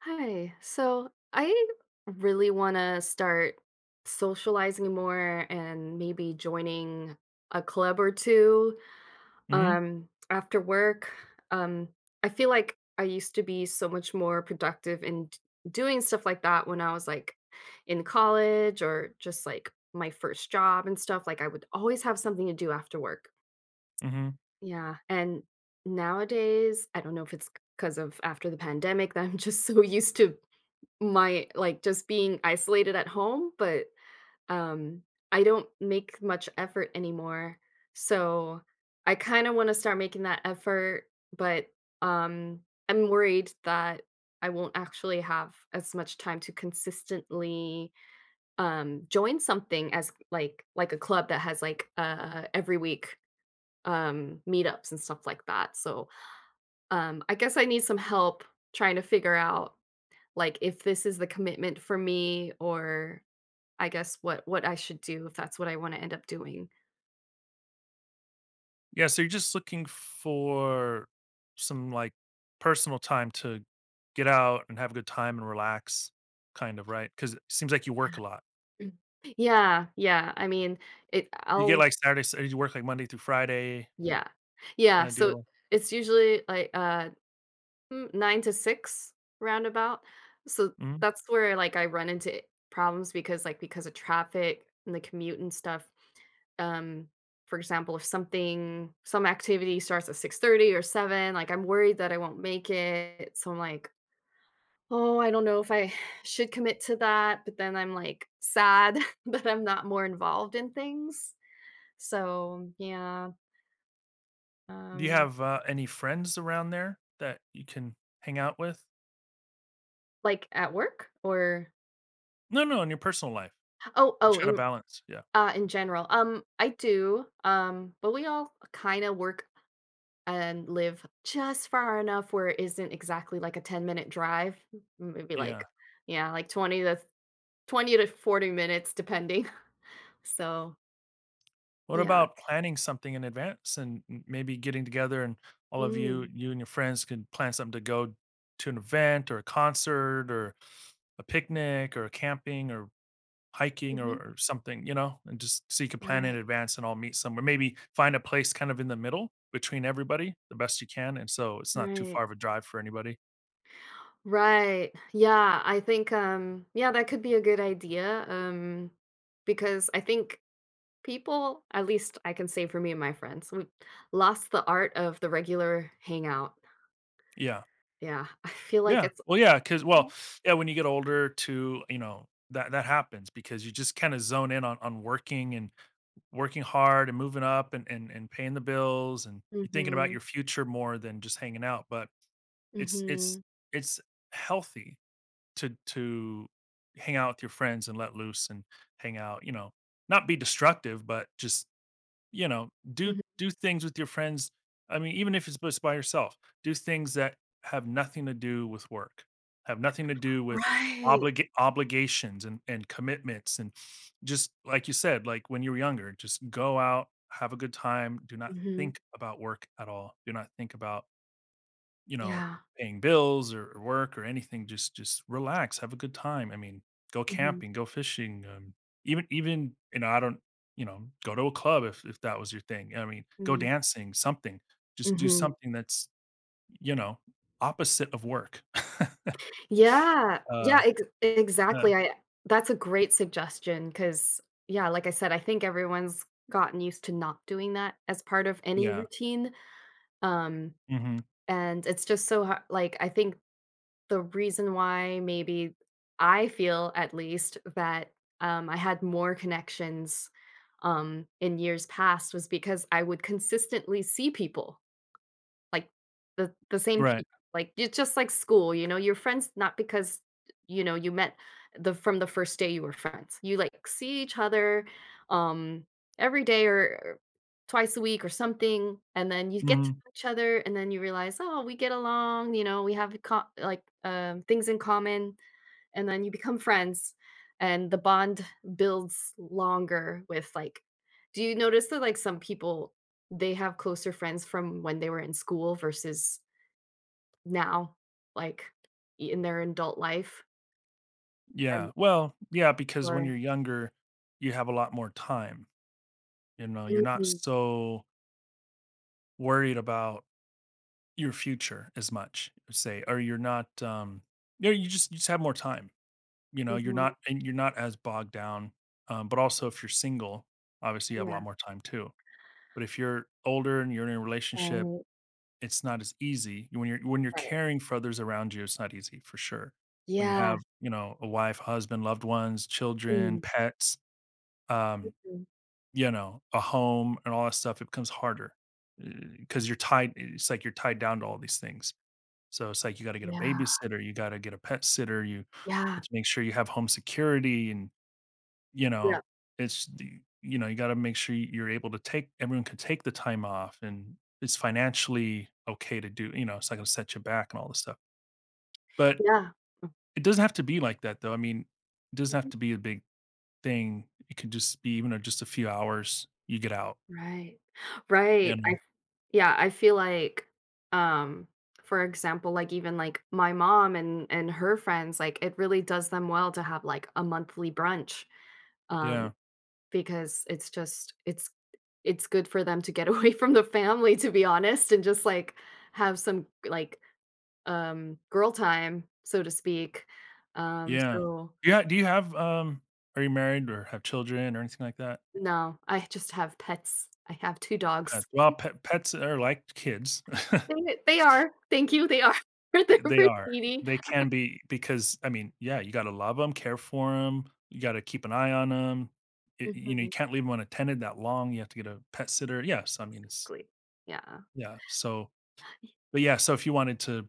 Hi. So I really want to start socializing more and maybe joining a club or two Mhm, after work. Um, I feel like I used to be so much more productive in doing stuff like that when I was like in college or just like my first job and stuff. Like I would always have something to do after work. mhm. Yeah. And nowadays, I don't know if it's because of after the pandemic that I'm just so used to my like, just being isolated at home, but, um, I don't make much effort anymore, so I kinda wanna start making that effort, but, I'm worried that I won't actually have as much time to consistently, join something as like a club that has, like, every week, meetups and stuff like that, so, I guess I need some help trying to figure out like if this is the commitment for me or I guess what I should do if that's what I want to end up doing. Yeah, so you're just looking for some, like, personal time to get out and have a good time and relax, kind of, right? Because it seems like you work a lot. Mm. Yeah, yeah. I mean, it You get, I'll like, Saturday s you work, like, Monday through Friday yeah. Yeah, kinda so deal. it's usually like 9 to 6 roundabout. So Mhm. that's where like I run into problems because like because of traffic and the commute and stuff. Um for example, if some activity starts at 6:30 or 7, like I'm worried that I won't make it. So I'm like, oh, I don't know if I should commit to that, but then I'm, like, sad that I'm not more involved in things. So, yeah, Do you um have, any friends around there that you can hang out with? like, at work? Or No, no, in your personal life. oh, To try to balance, yeah. In general. I do, but we all kinda work and live just far enough where it isn't exactly, like, a ten-minute drive. Maybe, Yeah. like, yeah, like, 20 to 20 to 40 minutes depending. So, What yeah. about planning something in advance and maybe getting together and all of you, Mm. you and your friends can plan something to go to an event or a concert or a picnic or camping or hiking or, Mhm. or something, you know, and just so you can plan in Right. advance and all meet somewhere. Maybe find a place kind of in the middle between everybody the best you can. And so it's not too Right. far of a drive for anybody. Right. Yeah, I think yeah, that could be a good idea. Because I think people, at least I can say for me and my friends, we lost the art of the regular hangout. Yeah. Yeah. I feel like Yeah. it's Well, yeah. Cause, well, yeah, when you get older, to, you know, that happens because you just kind of zone in on working and working hard and moving up and and paying the bills and you're thinking about Mhm. your future more than just hanging out. But it's it's Mhm. it's healthy to hang out with your friends and let loose and hang out, you know, not be destructive, but just you know, do Mhm. do things with your friends. I mean, even if it's just by yourself, do things that have nothing to do with work, have nothing to do with Right. Obligations and commitments. And just like you said, like when you were younger, just go out, have a good time. Do not Mhm. think about work at all. Do not think about you know, Yeah. paying bills or work or anything, just relax, have a good time. I mean, go Mhm. camping, go fishing, even, you know, I don't you know, go to a club if that was your thing. I mean, go Yeah. dancing, something. Just do Mhm. something that's, you know, opposite of work. Yeah. Yeah, Uh, ex uh, exactly, I that's a great suggestion because, yeah, like I said, I think everyone's gotten used to not doing that as part of any yeah. routine, um, Mhm. and it's just so ha like, I think the reason why maybe I feel, at least, that, I had more connections, in years past was because I would consistently see people. Like, the same Right. people, like, it's just like school, you know, you're friends not because, you know, you met the from the first day you were friends. You, like, see each other, um, every day or twice a week or something, and then you get to Mhm. know each other, and then you realize, "Oh, we get along," you know, "We have co like, things in common." And then you become friends and the bond builds longer with like, do you notice that like some people they have closer friends from when they were in school versus now, like, in their adult life Yeah. and Well, yeah, because when or you're younger, you have a lot more time, you know, you're not mhm, so worried about your future as much, say, or you're not, you know, you just have more time, you know, you're mhm, not and you're not as bogged down, but also if you're single, obviously you have a yeah, lot more time too, but if you're older and you're in a relationship, right, it's not as easy. When you're right, caring for others around you, it's not easy for sure. When you yeah, have, you know, a wife, husband, loved ones, children, mm, pets, um, mm, you know, a home and all that stuff, it becomes harder, because 'cause you're tied it's like you're tied down to all these things. So it's like you gotta get a yeah, babysitter, you gotta get a pet sitter, you yeah, have to make sure you have home security and, you yeah, know, it's the you know, you gotta make sure you're able to take everyone can take the time off and it's financially okay to do, you know, it's not gonna set you back and all this stuff. But yeah, it doesn't have to be like that though. I mean, it doesn't have mhm, to be a big thing. It could just be even a just a few hours you get out, right, you right. know? Yeah, I feel like, um, for example, like, even, like, my mom and her friends, like, it really does them well to have, like, a monthly brunch, um, Yeah. because it's just it's good for them to get away from the family, to be honest, and just, like, have some, like, girl time, so to speak. Um, Yeah. so Yeah, do you do you have, are you married or have children or anything like that? no, I just have pets. I have 2 Pet dogs. well, pets are like kids. They are. Thank you, they are. They're They pretty are. needy. They can be because, I mean, yeah, you gotta love them, care for them. You gotta keep an eye on them. You know, you Mhm. can't leave them unattended that long, you have to get a pet sitter. Yes, I mean, it's Exactly. Yeah. yeah, so but yeah, so if you wanted to,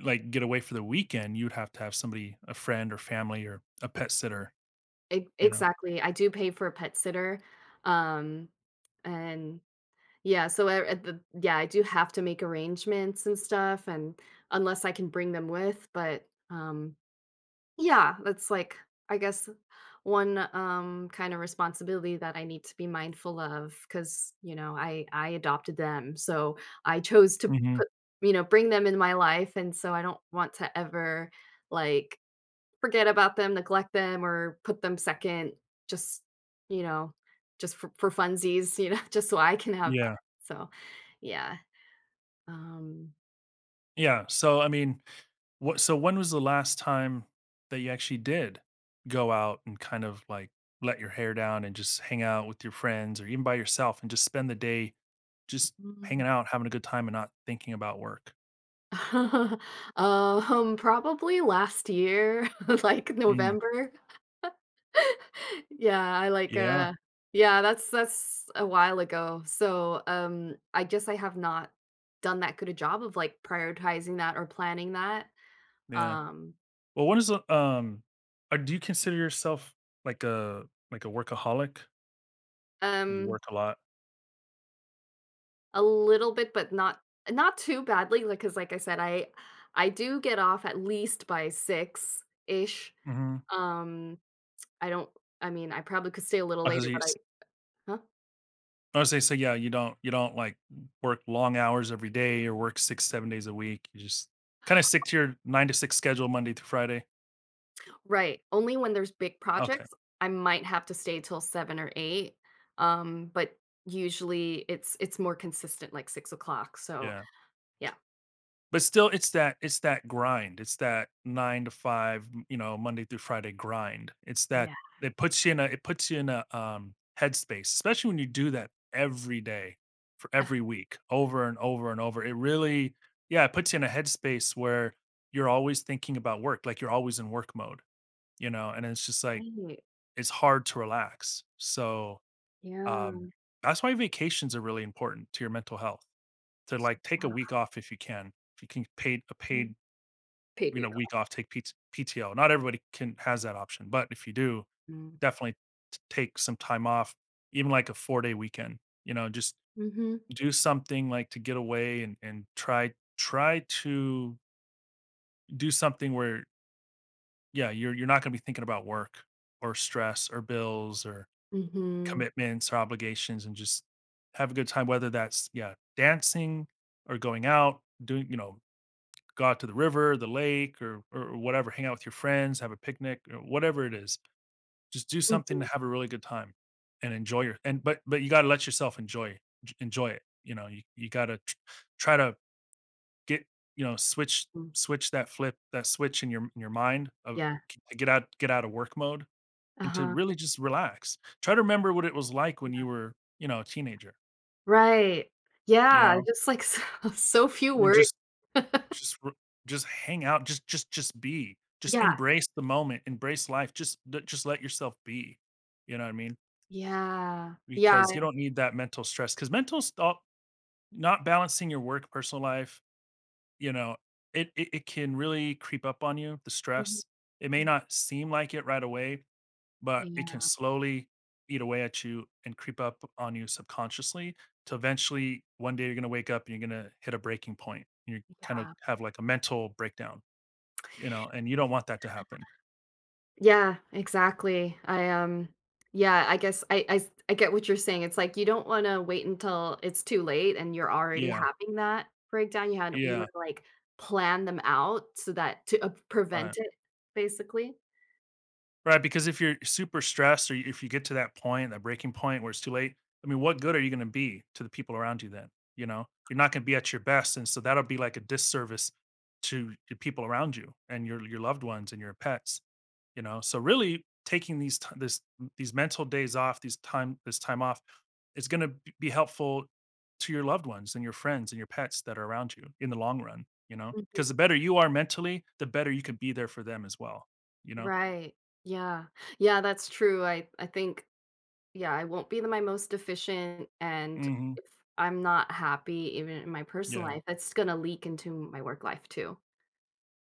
like, get away for the weekend, you'd have to have somebody a friend or family or a Ex pet sitter, ex you know? exactly. I do pay for a pet sitter, um, and yeah, so I at the yeah, I do have to make arrangements and stuff and unless I can bring them with, but, yeah, that's like, I guess, one, kinda responsibility that I need to be mindful of because you know, I adopted them, so I chose to Mhm. put you know, bring them in my life, and so I don't want to ever, like, forget about them, neglect them, or put them second, just, you know, just for funsies, you know, just so I can have Yeah. fun. So, yeah. Um, Yeah, so, I mean what so when was the last time that you actually did go out and kind of, like, let your hair down and just hang out with your friends or even by yourself and just spend the day just mm. hanging out, having a good time, and not thinking about work? Probably last year, like Mm, November. Yeah, I like yeah, yeah, that's a while ago. So, I just I have not done that good a job of like prioritizing that or planning that. yeah. Um Well, when is the, do you consider yourself like a workaholic? You um work a lot? A little bit, but not not too badly. Like, cause, like I said, I do get off at least by 6-ish. Mhm. Um, I don't I mean, I probably could stay a little Oh, so later, you but I huh? honestly, so yeah, you don't, like, work long hours every day or work 6, 7 days a week. You just kinda stick to your 9 to 6 schedule Monday through Friday? Right, only when there's big Okay, projects, I might have to stay till 7 or 8, but usually it's more consistent, like 6 o'clock. So yeah. yeah. But still, it's that grind. It's that 9 to 5, m you know, Monday through Friday grind. It's that Yeah, it puts you in a it puts you in a, headspace, especially when you do that every day for every week, over and over and over. It really yeah, it puts you in a headspace where you're always thinking about work, like, you're always in work mode, you know? And it's just like right. it's hard to relax. So, Yeah. um, that's why vacations are really important to your mental health. To like take a week off if you can. If you can paid a Mm. paid, Paid you know, week off. week off, take PT PTO. Not everybody can has that option, but if you do, Mm. definitely take some time off, even like a 4-day weekend. You know, just Mhm. do something like to get away and try to do something where yeah, you're not going to be thinking about work or stress or bills or Mhm. commitments or obligations and just have a good time, whether that's, yeah, dancing or going out, doing, you know, go out to the river, the lake, or whatever, hang out with your friends, have a picnic, or whatever it is. Just do something to Mhm. have a really good time and enjoy your and but you gotta let yourself enjoy enjoy it. You know, you gotta try to get, you know, switch Mm. switch that flip, that switch in your mind of Yeah. to get out of work mode and to Uh-huh. really just relax. Try to remember what it was like when you were, you know, a teenager, Right. you Yeah, know, just like so so few and words. Just r just hang out, just be, just Yeah, embrace the moment, embrace life, just let yourself be, you know what I mean? yeah, Because you yeah. don't need that mental stress, 'cause mental sto not balancing your work, personal life, you know, it can really creep up on you, the Mhm, stress. It may mm, not seem like it right away, but it yeah, can slowly eat away at you and creep up on you subconsciously to eventually one day you're going to wake up and you're going to hit a breaking point. You kind of yeah. have like a mental breakdown, you know, and you don't want that to happen. Yeah, exactly. Yeah, I guess I get what you're saying. It's like you don't wanna wait until it's too late and you're already Yeah, having that breakdown. You yeah, would, like, plan them out so that to, right. prevent it, basically. Right, because if you're super stressed or if you get to that point, that breaking point where it's too late, I mean, what good are you going to be to the people around you then? You know, you're not going to be at your best, and so that'll be like a disservice to the people around you and your loved ones and your pets. You know, so really taking these t- this these mental days off, these time this time off, is going to be helpful to your loved ones and your friends and your pets that are around you in the long run. You know, because the Mhm. better you are mentally, the better you can be there for them as well. You know. Right. Yeah. Yeah, that's true. I think Yeah, I won't be the my most efficient, and Hmm. if I'm not happy even in my personal Yeah. life, that's gonna leak into my work life too.